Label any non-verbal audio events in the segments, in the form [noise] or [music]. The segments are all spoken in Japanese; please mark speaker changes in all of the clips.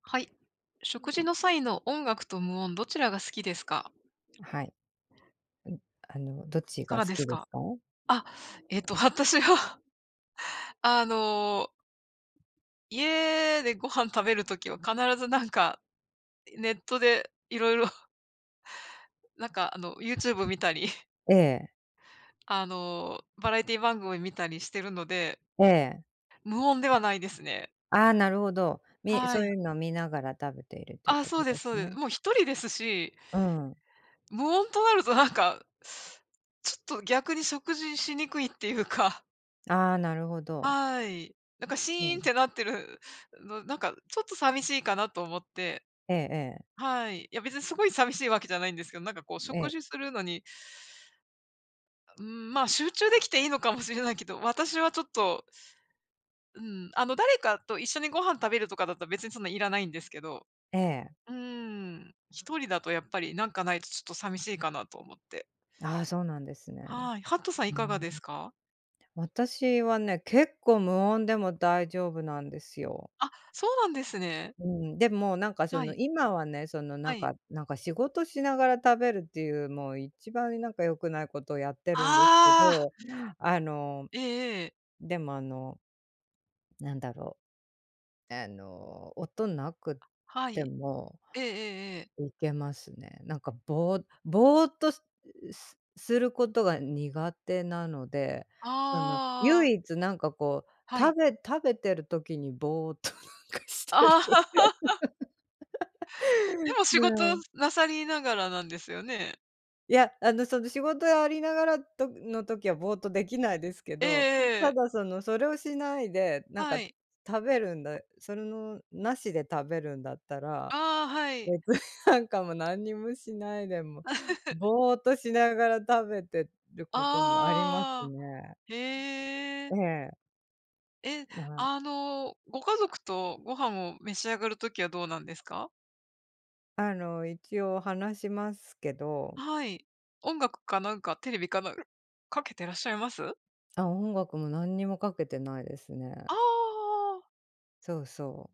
Speaker 1: はい。食事の際の音楽と無音、どちらが好きですか？
Speaker 2: はい。どっ
Speaker 1: い
Speaker 2: ち
Speaker 1: か
Speaker 2: が
Speaker 1: が
Speaker 2: 好
Speaker 1: です
Speaker 2: きで
Speaker 1: か？
Speaker 2: すか？
Speaker 1: あ、私は [laughs]、あの、家でご飯食べる時は必ずなんか、ネットでいろいろなんか、あの、YouTube 見たり、[laughs]
Speaker 2: ええ、
Speaker 1: あの、バラエティ番組見たりしてるので、
Speaker 2: ええ。
Speaker 1: 無音ではないですね。
Speaker 2: ああ、なるほど。
Speaker 1: は
Speaker 2: そう
Speaker 1: い。
Speaker 2: いうのを見ながら食べているという
Speaker 1: あ、
Speaker 2: こ
Speaker 1: そう
Speaker 2: と
Speaker 1: で
Speaker 2: で
Speaker 1: すそう
Speaker 2: す
Speaker 1: です。
Speaker 2: ね。
Speaker 1: もう一人ですし、
Speaker 2: うん。
Speaker 1: 無音となるとなんか、ちょっと逆に食事しにくいっていうか、
Speaker 2: ああ、なるほど。
Speaker 1: はい。なんか
Speaker 2: そ
Speaker 1: シーンっ
Speaker 2: う。
Speaker 1: てなってるの、なんかちょっと寂しいかなと思って。
Speaker 2: ええ
Speaker 1: はい。いや別にすごい寂しいわけじゃないんですけど、なんかこう
Speaker 2: ええ、え
Speaker 1: 食
Speaker 2: え、
Speaker 1: 事するのに、うん、まあ集中できていいのかもしれないけど、私はちょっと、うん、あの誰かと一緒にご飯食べるとかだったら別にそんないらないんですけど、
Speaker 2: ええ。
Speaker 1: うん、一人だとやっぱりなんかないとちょっと寂しいかなと思って。
Speaker 2: ああ、そうなんですね。
Speaker 1: はい。ハットさん
Speaker 2: う
Speaker 1: いかが
Speaker 2: ん。
Speaker 1: ですか？
Speaker 2: 私はね、結構無音でも大丈夫なんですよ。
Speaker 1: あ、そうなんですね。
Speaker 2: うん、でもなんかそ
Speaker 1: は
Speaker 2: の、
Speaker 1: い、
Speaker 2: 今はね、な
Speaker 1: は
Speaker 2: ん
Speaker 1: い。
Speaker 2: かなんか仕事しながら食べるっていう、もう一番なんか良くないことをやってるんですけ
Speaker 1: ああ、
Speaker 2: ど、あの
Speaker 1: ええええ。
Speaker 2: でもなんだろう、音なく
Speaker 1: は
Speaker 2: て
Speaker 1: い。
Speaker 2: も
Speaker 1: ええええええ。
Speaker 2: いけますね。なんかぼーっとすることが苦手なので、その、
Speaker 1: ああ、
Speaker 2: 唯一なんかこう、
Speaker 1: はい。
Speaker 2: 食べてる時にぼーっとし
Speaker 1: [laughs]
Speaker 2: て
Speaker 1: あ
Speaker 2: る。
Speaker 1: あ、[laughs] でも仕
Speaker 2: う
Speaker 1: 事
Speaker 2: ん。
Speaker 1: なさりながらなんですよね？
Speaker 2: いや、その仕事やりながらとの時はぼーっとできないですけ
Speaker 1: ええ
Speaker 2: ど、た
Speaker 1: ええ。
Speaker 2: だその、それをしないで、なん
Speaker 1: は
Speaker 2: か
Speaker 1: い。
Speaker 2: 食べるんだそれのなしで食べるんだったら
Speaker 1: ああ、はい。
Speaker 2: 別になんかもう何にもしないでも、
Speaker 1: [laughs]
Speaker 2: ぼーっとしながら食べてることもあります
Speaker 1: ああ、
Speaker 2: ね。
Speaker 1: へえ。
Speaker 2: ええ、
Speaker 1: え、
Speaker 2: まあ、
Speaker 1: あの、ご家族とご飯を召し上がるときはどうなんですか？
Speaker 2: 一応話しますけど、
Speaker 1: はい。音楽かなんか、テレビかなんかかけてらっしゃいます？
Speaker 2: あ、音楽も何にもかけてないですね。
Speaker 1: ああー、
Speaker 2: そうそ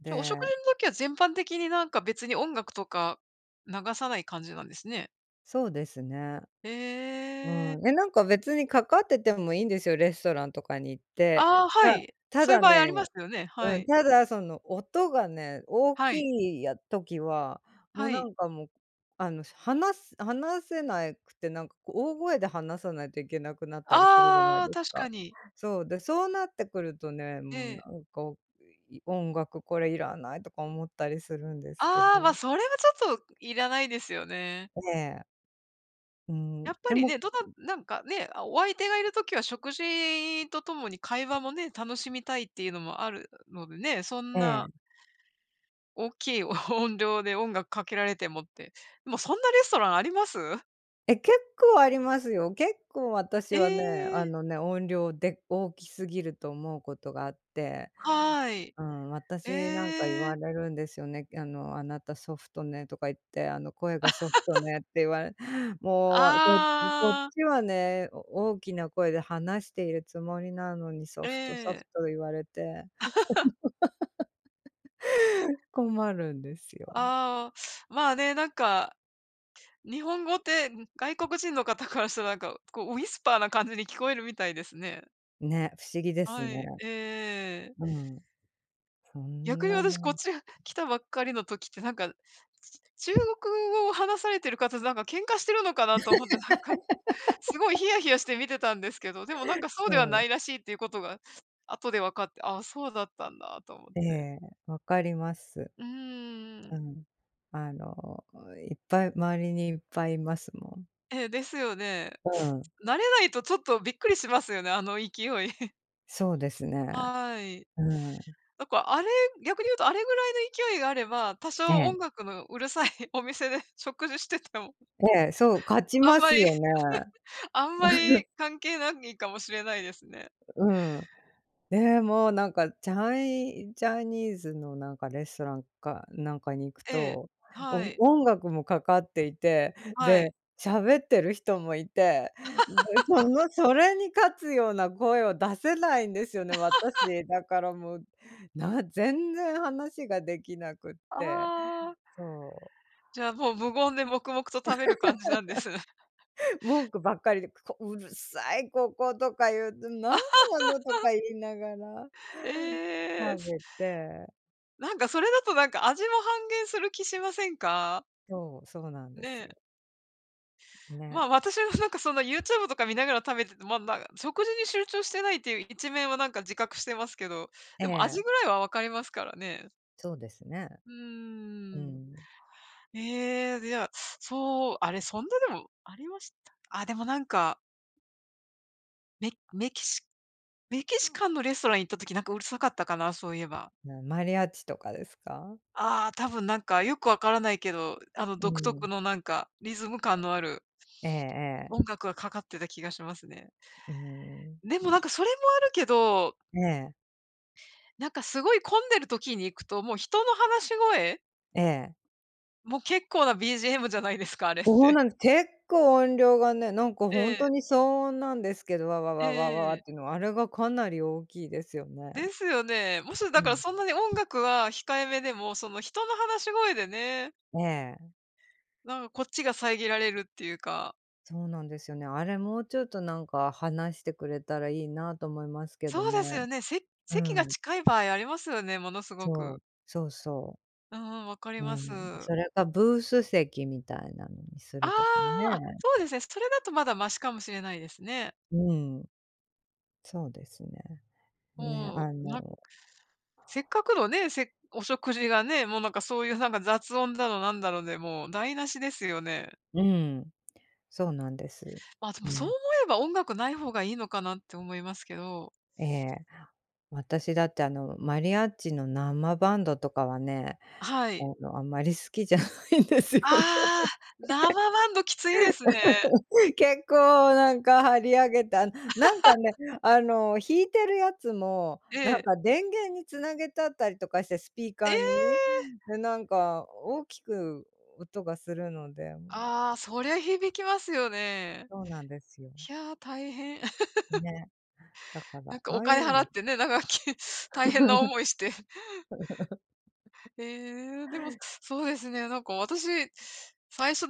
Speaker 2: う。
Speaker 1: じゃ、お食
Speaker 2: で、
Speaker 1: 事の時は全般的になんか別に音楽とか流さない感じなんですね。
Speaker 2: そうですね。
Speaker 1: へ
Speaker 2: うん。
Speaker 1: え。
Speaker 2: え、なんか別にかかっててもいいんですよ、レストランとかに行って。
Speaker 1: ああ、
Speaker 2: が、
Speaker 1: はい。
Speaker 2: た
Speaker 1: そういう
Speaker 2: だ
Speaker 1: 場
Speaker 2: ね、
Speaker 1: 合ありますよね。は
Speaker 2: うん、
Speaker 1: い。
Speaker 2: ただその音がね、大
Speaker 1: はい。
Speaker 2: きいや時は、も
Speaker 1: は
Speaker 2: うな
Speaker 1: い。
Speaker 2: んかもう、話せなくて、なんかこう大声で話さないといけなくなったりするじゃな
Speaker 1: あ
Speaker 2: い
Speaker 1: あ、
Speaker 2: です
Speaker 1: 確
Speaker 2: か。
Speaker 1: かに。
Speaker 2: そう、で、そうなってくるとね、
Speaker 1: え
Speaker 2: もう
Speaker 1: え。
Speaker 2: なんか、い音楽これいらないとか思ったりするんですけど。
Speaker 1: ああ、ま、それはちょっといらないですよね。
Speaker 2: ええ、うん、
Speaker 1: やっぱ
Speaker 2: で
Speaker 1: り
Speaker 2: も
Speaker 1: ね、なんかね、あ、お相手がいる時は食事とともに会話もね、楽しみたいっていうのもあるのでね、そん
Speaker 2: え
Speaker 1: な
Speaker 2: え。
Speaker 1: 大きい [laughs] 音量で音楽かけられてもって。でもそんなレストランあります？
Speaker 2: え、結構ありますよ。結構私
Speaker 1: え
Speaker 2: はね、
Speaker 1: え、
Speaker 2: 音量で大きすぎると思うことがあって。
Speaker 1: はい。
Speaker 2: うん、私なんか言
Speaker 1: え
Speaker 2: わ
Speaker 1: え。
Speaker 2: れるんですよね。あの、あなたソフトねとか言って、あの、声がソフトねって言われ、もう、こっ
Speaker 1: ああ、
Speaker 2: ちはね、お大きな声で話しているつもりなのに、ソ
Speaker 1: え
Speaker 2: フトソフ
Speaker 1: え。
Speaker 2: ト言われて [laughs] 困るんですよ。
Speaker 1: ああ、まあね、なんか、日本語って、ん、外国人の方からしたら、なんか、こう、ウィスパーな感じに聞こえるみたいですね。
Speaker 2: ね、不思議です
Speaker 1: は
Speaker 2: ね。
Speaker 1: い、ええ、
Speaker 2: うん。そ
Speaker 1: 逆
Speaker 2: ん
Speaker 1: に
Speaker 2: な
Speaker 1: 私こっ
Speaker 2: の、
Speaker 1: ち来たばっかりの時って、なんか、中国語を話されてる方と、なんか喧嘩してるのかなと思って、なんか、すごいヒヤヒヤして見てたんですけど、でもなんかそうでは
Speaker 2: そ
Speaker 1: な
Speaker 2: う、
Speaker 1: いらしいっていうことが、後で分かって、ああ、そうだったんだと思っ
Speaker 2: え
Speaker 1: て。
Speaker 2: え、わかります。
Speaker 1: うー
Speaker 2: う
Speaker 1: ん。
Speaker 2: ん。あの、いっぱい周りにいっぱいいますもん。
Speaker 1: ええ、ですよね。
Speaker 2: うん、
Speaker 1: 慣れないとちょっとびっくりしますよね、あの勢い。
Speaker 2: そうですね。
Speaker 1: はい。
Speaker 2: うん、
Speaker 1: なんかあれ、逆に言うとあれぐらいの勢いがあれば、多
Speaker 2: え
Speaker 1: 少
Speaker 2: え。
Speaker 1: 音楽のうるさい [laughs] お店で [laughs] 食事してても、
Speaker 2: ええ、そう、勝ち
Speaker 1: あん
Speaker 2: ま
Speaker 1: ま
Speaker 2: す
Speaker 1: り
Speaker 2: よね。
Speaker 1: [laughs] あんまり関係ないかもしれないですね。
Speaker 2: うん。ね、もうなんかチャイジャニーズのなんかレストランかなんかに行く
Speaker 1: ええ。
Speaker 2: と、
Speaker 1: は
Speaker 2: お
Speaker 1: い。
Speaker 2: 音楽もかかっていて、
Speaker 1: は
Speaker 2: で、
Speaker 1: い。
Speaker 2: 喋ってる人もいて、で、そのそれに勝つような声を出せないんですよね、私。だからもう、な全然話ができなくって、
Speaker 1: ああ、
Speaker 2: そう。
Speaker 1: じゃあもう無言で黙々と食べる感じなんですね。
Speaker 2: 文句ばっかりで、こ「うるさいここ」とか言うと「なんなの」とか言いながら。
Speaker 1: [laughs] ええ、
Speaker 2: 食べて、
Speaker 1: なんかそれだとなんか味も半減する気しませんか？
Speaker 2: そう、そうなんで
Speaker 1: ね
Speaker 2: す
Speaker 1: え。
Speaker 2: よ。ね。
Speaker 1: まあ、私はなんかその YouTube とか見ながら食べてて、ま、なんか食事に集中してないっていう一面はなんか自覚してますけど、
Speaker 2: え
Speaker 1: でも
Speaker 2: え、
Speaker 1: 味ぐらいは分かりますからね。
Speaker 2: そうですね。
Speaker 1: う
Speaker 2: う
Speaker 1: ーん。
Speaker 2: ん。
Speaker 1: ええ、じゃあ、そう、あれ、そんなでもありました？あ、でもなんか、メメキシメキシカンのレストラン行った時なんかうるさかったかな、そういえば。
Speaker 2: なマリアッチとかですか？
Speaker 1: ああ、多分なんかよくわからないけど、あの
Speaker 2: う
Speaker 1: 独特
Speaker 2: ん。
Speaker 1: のなんかリズム感のある
Speaker 2: えええ
Speaker 1: 音
Speaker 2: え。
Speaker 1: 楽がかかってた気がしますね。
Speaker 2: うん。
Speaker 1: でもなんかそれもあるけど、
Speaker 2: ええ、
Speaker 1: なんかすごい混んでる時に行くと、もう人の話し声
Speaker 2: ええ。
Speaker 1: もう結構な BGM じゃないですか、あれっ
Speaker 2: そう
Speaker 1: て。
Speaker 2: なんです。結構音量がね、なんか
Speaker 1: え
Speaker 2: ほん
Speaker 1: え、
Speaker 2: とに騒音なんですけど、わわわわわ
Speaker 1: ええ。
Speaker 2: っていうのは、あれがかなり大きいですよね。
Speaker 1: ですよね。もし
Speaker 2: う
Speaker 1: だから
Speaker 2: ん。
Speaker 1: そんなに音楽は控えめでも、その人の話し声でね、
Speaker 2: ええ、
Speaker 1: なんかこっちが遮られるっていうか。
Speaker 2: そうなんですよね。あれもうちょっとなんか話してくれたらいいなと思いますけど
Speaker 1: そう
Speaker 2: ね。
Speaker 1: ですよね。
Speaker 2: う
Speaker 1: 席が
Speaker 2: ん、
Speaker 1: 近い場合ありますよね、ものすご
Speaker 2: そ
Speaker 1: く。
Speaker 2: う、そうそう。
Speaker 1: うんうん、わかり
Speaker 2: う
Speaker 1: ます。
Speaker 2: ん、それかブース席みたいなのにす
Speaker 1: あ
Speaker 2: るとか
Speaker 1: あ、あ、
Speaker 2: ね。
Speaker 1: そうですね。それだとまだマシかもしれないですね。
Speaker 2: うん、そうですね。ね、
Speaker 1: もう、せっかくのね、お食事がね、もうなんかそういうなんか雑音だのなんだろうで、もう台無しですよね。
Speaker 2: うん、そうなんです。
Speaker 1: まあ、でもそう
Speaker 2: ね、
Speaker 1: 思えば音楽ない方がいいのかなって思いますけど。
Speaker 2: ええ。私だってあの、マリアッチの生バンドとかはね、
Speaker 1: はい。
Speaker 2: あんまり好きじゃないんですよね。
Speaker 1: ああ、生バンドきついですね。
Speaker 2: [laughs] 結構なんか張り上げた。なんかね、あの、弾いてるやつも、
Speaker 1: え
Speaker 2: なん
Speaker 1: え。
Speaker 2: か電源につなげてあったりとかして、スピー
Speaker 1: え
Speaker 2: カーに。
Speaker 1: え！
Speaker 2: で、なんか大きく音がするので、もうなん
Speaker 1: ああ、
Speaker 2: かね、
Speaker 1: そりゃ響きますよね。
Speaker 2: そうなんですよ。
Speaker 1: いやー、大変。[laughs]
Speaker 2: ね。だから、
Speaker 1: なんか
Speaker 2: あ
Speaker 1: お
Speaker 2: あい
Speaker 1: 金
Speaker 2: う
Speaker 1: 払
Speaker 2: の、
Speaker 1: ってね、なんかき [laughs] 大変な思いして。ええ、でも、そうですね、なんか私、最初、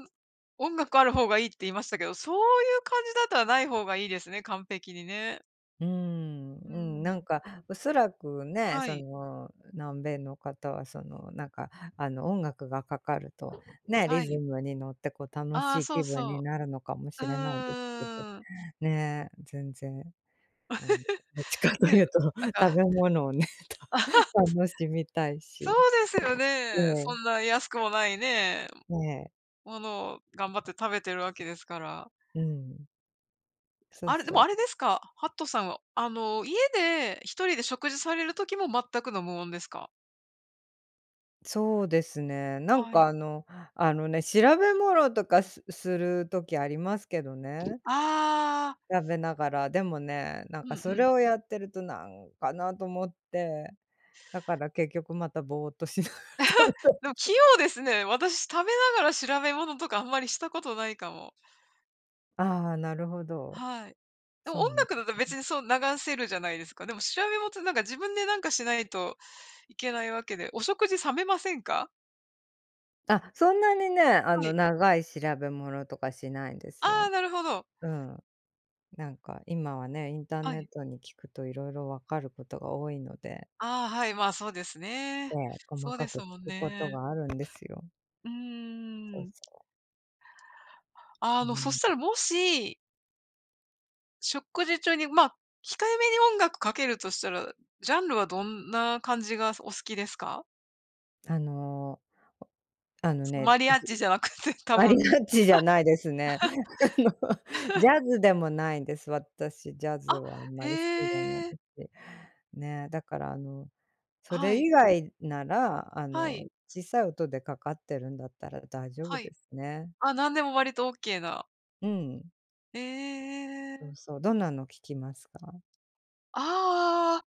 Speaker 1: 音楽ある方がいいって言いましたけど、そういう感じだったらない方がいいですね、完璧にね。
Speaker 2: うーん、
Speaker 1: う
Speaker 2: うん、なん
Speaker 1: ん。
Speaker 2: かおそらくね、
Speaker 1: は
Speaker 2: そ
Speaker 1: い、
Speaker 2: の、南米の方はその、なんか音楽がかかると、ね、リ
Speaker 1: は
Speaker 2: ズ
Speaker 1: い。
Speaker 2: ムに乗ってこう楽
Speaker 1: あ
Speaker 2: し
Speaker 1: あ、
Speaker 2: い
Speaker 1: そう
Speaker 2: 気分
Speaker 1: そ
Speaker 2: に
Speaker 1: う。
Speaker 2: なるのかも
Speaker 1: う
Speaker 2: しれないですけど。
Speaker 1: ーん。
Speaker 2: ねえ、全然、あの、[laughs] どっちかと
Speaker 1: ね、
Speaker 2: いうと、
Speaker 1: なん
Speaker 2: 食
Speaker 1: か、
Speaker 2: べ物をね、[laughs] た
Speaker 1: [laughs]
Speaker 2: 楽しみたい
Speaker 1: そ
Speaker 2: し。
Speaker 1: うですよ
Speaker 2: え
Speaker 1: ね。
Speaker 2: え、
Speaker 1: そんな安くもないね、
Speaker 2: ねえ、
Speaker 1: ものを頑張って食べてるわけですから。
Speaker 2: うん、そう
Speaker 1: あれ、で
Speaker 2: そ
Speaker 1: もあれ
Speaker 2: う。
Speaker 1: ですか、ハットさんは、あの、家で一人で食事される時も全くの無音ですか？
Speaker 2: そうですね、なん
Speaker 1: はい。
Speaker 2: か調べ物とかる時ありますけどね、
Speaker 1: ああ。
Speaker 2: 食べながら。でもね、なん
Speaker 1: うん
Speaker 2: かそ
Speaker 1: う
Speaker 2: れ
Speaker 1: ん。
Speaker 2: をやってるとなんかなと思って、だから結局またぼーっとしながら食べた
Speaker 1: で
Speaker 2: り
Speaker 1: も器
Speaker 2: とか。
Speaker 1: 用ですね。私、食べながら調べ物とかあんまりしたことないかも。
Speaker 2: ああ、なるほど。
Speaker 1: はい。でも
Speaker 2: そ
Speaker 1: 音
Speaker 2: うなん
Speaker 1: 楽だったら別にそう流せるじゃないですか。でも調べ物ってなんか自分でなんかしないといけないわけで、お食事冷めませんか？
Speaker 2: あ、そんなにね、あ
Speaker 1: は
Speaker 2: の、
Speaker 1: い。
Speaker 2: 長い調べ物とかしないんです
Speaker 1: ああ、
Speaker 2: よ。
Speaker 1: なるほど。
Speaker 2: うん。なんか今はね、インター
Speaker 1: は
Speaker 2: ネッ
Speaker 1: い。
Speaker 2: トに聞くと色々わかることが多いので、
Speaker 1: ああ、はい、まあ、そうですね。
Speaker 2: ええ、細
Speaker 1: そう
Speaker 2: か
Speaker 1: です
Speaker 2: く
Speaker 1: もん
Speaker 2: 聞くこと
Speaker 1: ね。
Speaker 2: があるんですよ。
Speaker 1: う
Speaker 2: そ
Speaker 1: ー
Speaker 2: う
Speaker 1: ん。
Speaker 2: そ
Speaker 1: あ
Speaker 2: う。う
Speaker 1: の、そし
Speaker 2: ん。
Speaker 1: たらもし、食事中に、まあ、控えめに音楽かけるとしたら、ジャンルはどんな感じがお好きですか？
Speaker 2: あの、あのね、
Speaker 1: マリアッ
Speaker 2: じ
Speaker 1: チじゃなくて、多
Speaker 2: マリ
Speaker 1: 分
Speaker 2: アッチじゃないですね。[laughs] あの、ジャズでもないんです。私、ジャズ
Speaker 1: あ、
Speaker 2: はあん
Speaker 1: へ
Speaker 2: まり好きじゃない
Speaker 1: え。
Speaker 2: し。ね、だからあのそ
Speaker 1: は
Speaker 2: れ以
Speaker 1: い。
Speaker 2: 外なら、
Speaker 1: はい。
Speaker 2: 小さい音でかかってるんだったら大丈夫
Speaker 1: は
Speaker 2: で
Speaker 1: い。
Speaker 2: すね。
Speaker 1: あ、なんでも割とオッケーな。
Speaker 2: うん。
Speaker 1: え
Speaker 2: そう
Speaker 1: え。
Speaker 2: そう。どんなの聞きますか？
Speaker 1: ああ、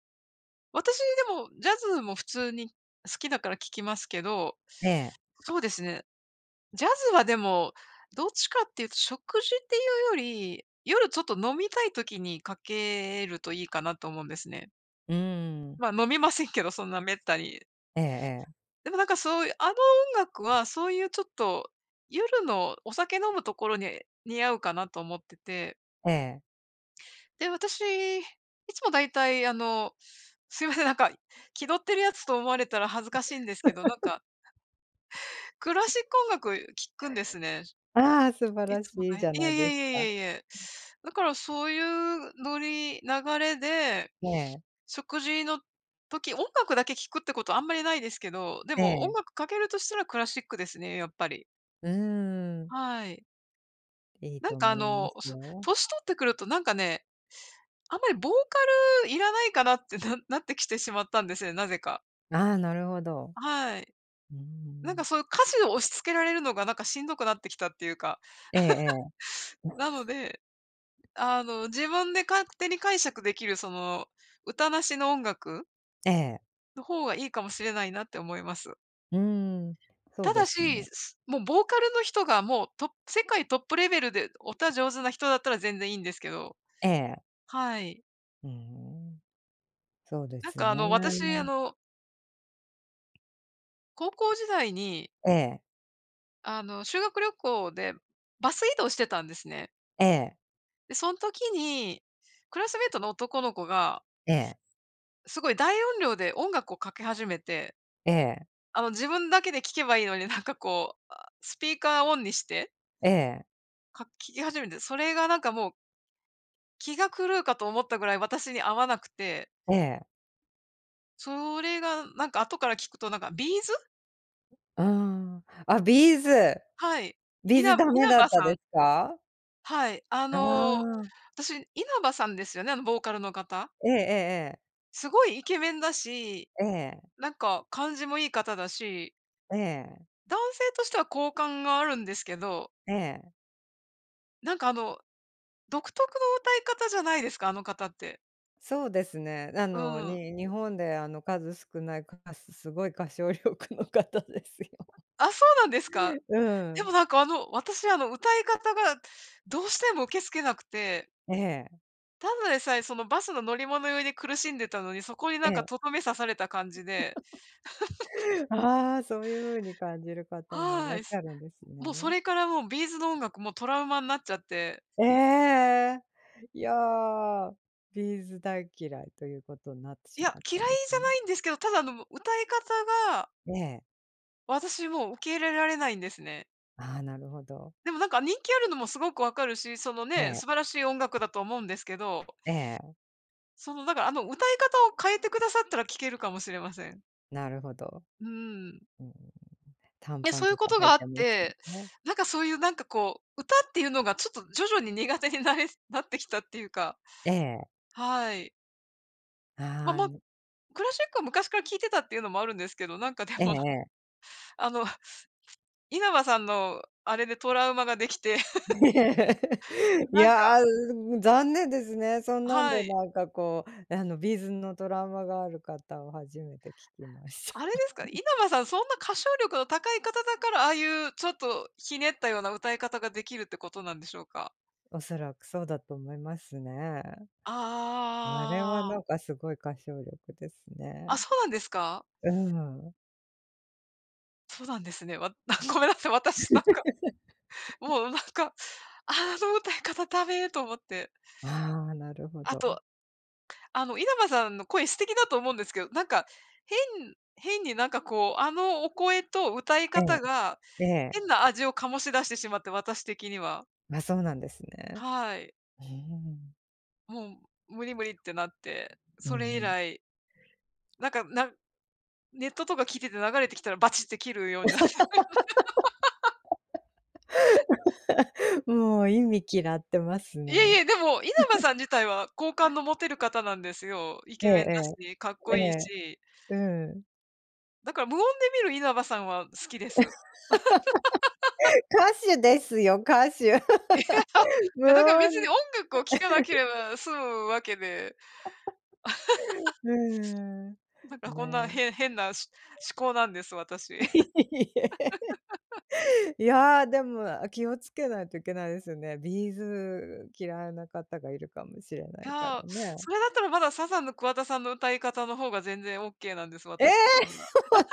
Speaker 1: 私でもジャズも普通に好きだから聴きますけど、
Speaker 2: ええ。
Speaker 1: そうですね、ジャズはでも、どっちかっていうと食事っていうより、夜ちょっと飲みたい時にかけるといいかなと思うんですね。
Speaker 2: うーん。
Speaker 1: まあ、飲みませんけど、そんなめったに。
Speaker 2: ええええ。
Speaker 1: でもなんかそういう、あの音楽はそういうちょっと、夜のお酒飲むところに似合うかなと思ってて、
Speaker 2: ええ。
Speaker 1: で、私、いつもだいたいあの、すいません、なんか気取ってるやつと思われたら恥ずかしいんですけど、なんかクラシック音楽聴くんですね。
Speaker 2: ああ、素晴
Speaker 1: い
Speaker 2: ら
Speaker 1: つも
Speaker 2: しいじゃ
Speaker 1: いえい
Speaker 2: ないで
Speaker 1: え
Speaker 2: す
Speaker 1: い
Speaker 2: か。
Speaker 1: えいえいえ。だからそういうノリ、流れで、
Speaker 2: ねえ。
Speaker 1: 食事の時、音楽だけ聴くってことあんまりないですけど、で
Speaker 2: え
Speaker 1: も
Speaker 2: え。
Speaker 1: 音楽かけるとしたらクラシックですね、やっぱり。
Speaker 2: うーん。
Speaker 1: はい。
Speaker 2: いい
Speaker 1: な
Speaker 2: と
Speaker 1: んかあ
Speaker 2: 思いま
Speaker 1: の、
Speaker 2: すよ。
Speaker 1: 年取ってくるとなんかね、あんまりボーカルいらないかなって [laughs] なってきてしまったんですね、なぜか。
Speaker 2: ああ、なるほど。
Speaker 1: はい。
Speaker 2: うー
Speaker 1: なんか
Speaker 2: ん。
Speaker 1: そういう歌詞を押し付けられるのがなんかしんどくなってきたっていうか。
Speaker 2: えええ
Speaker 1: なので、あの、自分で勝手に解釈できるその、歌なしの音楽
Speaker 2: え。ええ。
Speaker 1: の方がいいかもしれないなって思います。
Speaker 2: うーん。そう
Speaker 1: ただ
Speaker 2: です
Speaker 1: し、
Speaker 2: ね。
Speaker 1: もうボーカルの人がもうトップ世界トップレベルで歌上手な人だったら全然いいんですけど。
Speaker 2: ええ。
Speaker 1: はい。
Speaker 2: うーん。そうですね。
Speaker 1: 私高校時代に
Speaker 2: ええ。
Speaker 1: 修学旅行でバス移動してたんですね。
Speaker 2: ええ。
Speaker 1: で、その時に、クラスメイトの男の子が、
Speaker 2: ええ。
Speaker 1: すごい大音量で音楽をかけ始めて、
Speaker 2: ええ。ええ。
Speaker 1: 自分だけで聴けばいいのに、なんかこう、あ、スピーカーオンにして、
Speaker 2: ええ、
Speaker 1: か聴き始めて、それがなんかもう気が狂うかと思ったぐらい私に合わなくて、
Speaker 2: ええ、
Speaker 1: それがなんか後から聞くとなんかビーズ。
Speaker 2: うーん。あ、ビーズ。
Speaker 1: はい。
Speaker 2: ビー
Speaker 1: 稲
Speaker 2: ズダメ
Speaker 1: 稲
Speaker 2: だっ
Speaker 1: 葉
Speaker 2: た
Speaker 1: さ
Speaker 2: で
Speaker 1: ん
Speaker 2: すか？
Speaker 1: はい。あ
Speaker 2: あ
Speaker 1: の、
Speaker 2: あ、
Speaker 1: 私、稲葉さんですよね、あのボーカルの方。
Speaker 2: ええええ
Speaker 1: すごいイケメンだし、
Speaker 2: ええ。
Speaker 1: なんか感じもいい方だし、
Speaker 2: ええ、
Speaker 1: 男性としては好感があるんですけど、
Speaker 2: ええ、ええ。
Speaker 1: なんかあの、独特の歌い方じゃないですか、あの方って。
Speaker 2: そうですね。
Speaker 1: うん。
Speaker 2: 日本であの、数少ない、すごい歌唱力の方ですよ。
Speaker 1: あ、そうなんですか。
Speaker 2: [laughs] う
Speaker 1: でも
Speaker 2: ん。
Speaker 1: なんか私あの歌い方がどうしても受け付けなくて、
Speaker 2: ええ、
Speaker 1: ただでさえそのバスの乗り物酔いで苦しんでたのに、そこにな
Speaker 2: え
Speaker 1: んか
Speaker 2: え。
Speaker 1: とどめ刺された感じで、
Speaker 2: [laughs] ああ、そういう風に感じる方もいら
Speaker 1: は
Speaker 2: っ
Speaker 1: い。
Speaker 2: しゃるんです
Speaker 1: もうそ
Speaker 2: ね。
Speaker 1: れからもうビーズの音楽もトラウマになっちゃって、
Speaker 2: ええ。いや、ビーズ大嫌いということになって
Speaker 1: い
Speaker 2: し
Speaker 1: や、
Speaker 2: まっ
Speaker 1: 嫌いじ
Speaker 2: たんです
Speaker 1: ゃな
Speaker 2: ね。
Speaker 1: いんですけど、ただあの歌い方が
Speaker 2: ええ。
Speaker 1: 私もう受け入れられないんですね。
Speaker 2: ああ、なるほど。
Speaker 1: でもなんか人気あるのもすごくわかるし、その
Speaker 2: え
Speaker 1: ね、
Speaker 2: え、
Speaker 1: 素晴らしい音楽だと思うんですけど、
Speaker 2: ええ、
Speaker 1: そのだからあの歌い方を変えてくださったら聴けるかもしれません。
Speaker 2: なるほど。
Speaker 1: うん。
Speaker 2: うん、短
Speaker 1: で、
Speaker 2: パ
Speaker 1: そ
Speaker 2: ン
Speaker 1: ういう
Speaker 2: と
Speaker 1: こ
Speaker 2: か
Speaker 1: と
Speaker 2: 履
Speaker 1: が
Speaker 2: い
Speaker 1: あっ
Speaker 2: てます
Speaker 1: て、
Speaker 2: もんね。
Speaker 1: なんかそういうなんかこう、歌っていうのがちょっと徐々に苦手になれなってきたっていうか、
Speaker 2: ええ、
Speaker 1: はい。
Speaker 2: ああ、
Speaker 1: まあ、クラシックは昔から聴いてたっていうのもあるんですけど、なんかで
Speaker 2: ええ
Speaker 1: も、
Speaker 2: ええ。
Speaker 1: あの、稲葉さんのあれでトラウマができて、
Speaker 2: [laughs] い
Speaker 1: なんか
Speaker 2: や、残念ですね。そんなん
Speaker 1: は
Speaker 2: で
Speaker 1: い。
Speaker 2: なんかこう、ビーズンのトラウマがある方を初めて聞きまし
Speaker 1: あれで
Speaker 2: た。
Speaker 1: すかね、稲葉さん、そんな歌唱力の高い方だから、ああいうちょっとひねったような歌い方ができるってことなんでしょうか？
Speaker 2: [laughs] おそらくそうだと思いますね。あれは
Speaker 1: あ
Speaker 2: なん
Speaker 1: あ。
Speaker 2: かすごい歌唱力です
Speaker 1: あ、
Speaker 2: ね。
Speaker 1: そうなんですか？
Speaker 2: うん。
Speaker 1: そうなんですね。わ [laughs] ごめんなさい、私なんか、もうなんか、あの歌い方ダメと思って。
Speaker 2: ああ、なるほ
Speaker 1: あ
Speaker 2: ど。
Speaker 1: と、あの、稲葉さんの声素敵だと思うんですけど、なんか、変変になんかこう、あのお声と歌い
Speaker 2: え
Speaker 1: 方が、
Speaker 2: え、ええ。
Speaker 1: 変な味を醸し出してしまって、私的には。
Speaker 2: あ、そうなんですね。
Speaker 1: はい。
Speaker 2: うーん。
Speaker 1: もう無理無理ってなって、
Speaker 2: う
Speaker 1: そ
Speaker 2: ん
Speaker 1: れ以
Speaker 2: うん。
Speaker 1: 来、なんか、ネットとか聞いてて流れてきたらバチって切るようになって。
Speaker 2: もう意味嫌ってます
Speaker 1: [laughs] いえ
Speaker 2: ね。
Speaker 1: いえ、でも稲葉さん自体は好感の持てる方なんですよ。イケメンだ
Speaker 2: ええ
Speaker 1: し、かっこ
Speaker 2: ええ、
Speaker 1: いいし。
Speaker 2: ええ、うん。
Speaker 1: だから無音で見る稲葉さんは好きです。
Speaker 2: 歌手ですよ、歌手。
Speaker 1: [laughs] いや、い
Speaker 2: 無
Speaker 1: やだから別に
Speaker 2: 音、
Speaker 1: 音楽を聴かなければ済むわけで、
Speaker 2: うーん。
Speaker 1: なんかこんな
Speaker 2: ね。
Speaker 1: 変なし思考なんです、私。[laughs]
Speaker 2: いえ。[laughs] いや、でも、気をつけないといけないですよね。ビーズ嫌いな方がいるかもしれな
Speaker 1: い
Speaker 2: いか
Speaker 1: や、
Speaker 2: ら
Speaker 1: そ
Speaker 2: ね。
Speaker 1: れだったらまだサザンの桑田さんの歌い方の方が全然オッケーなんです、
Speaker 2: ええ！
Speaker 1: 私的には。
Speaker 2: ほんと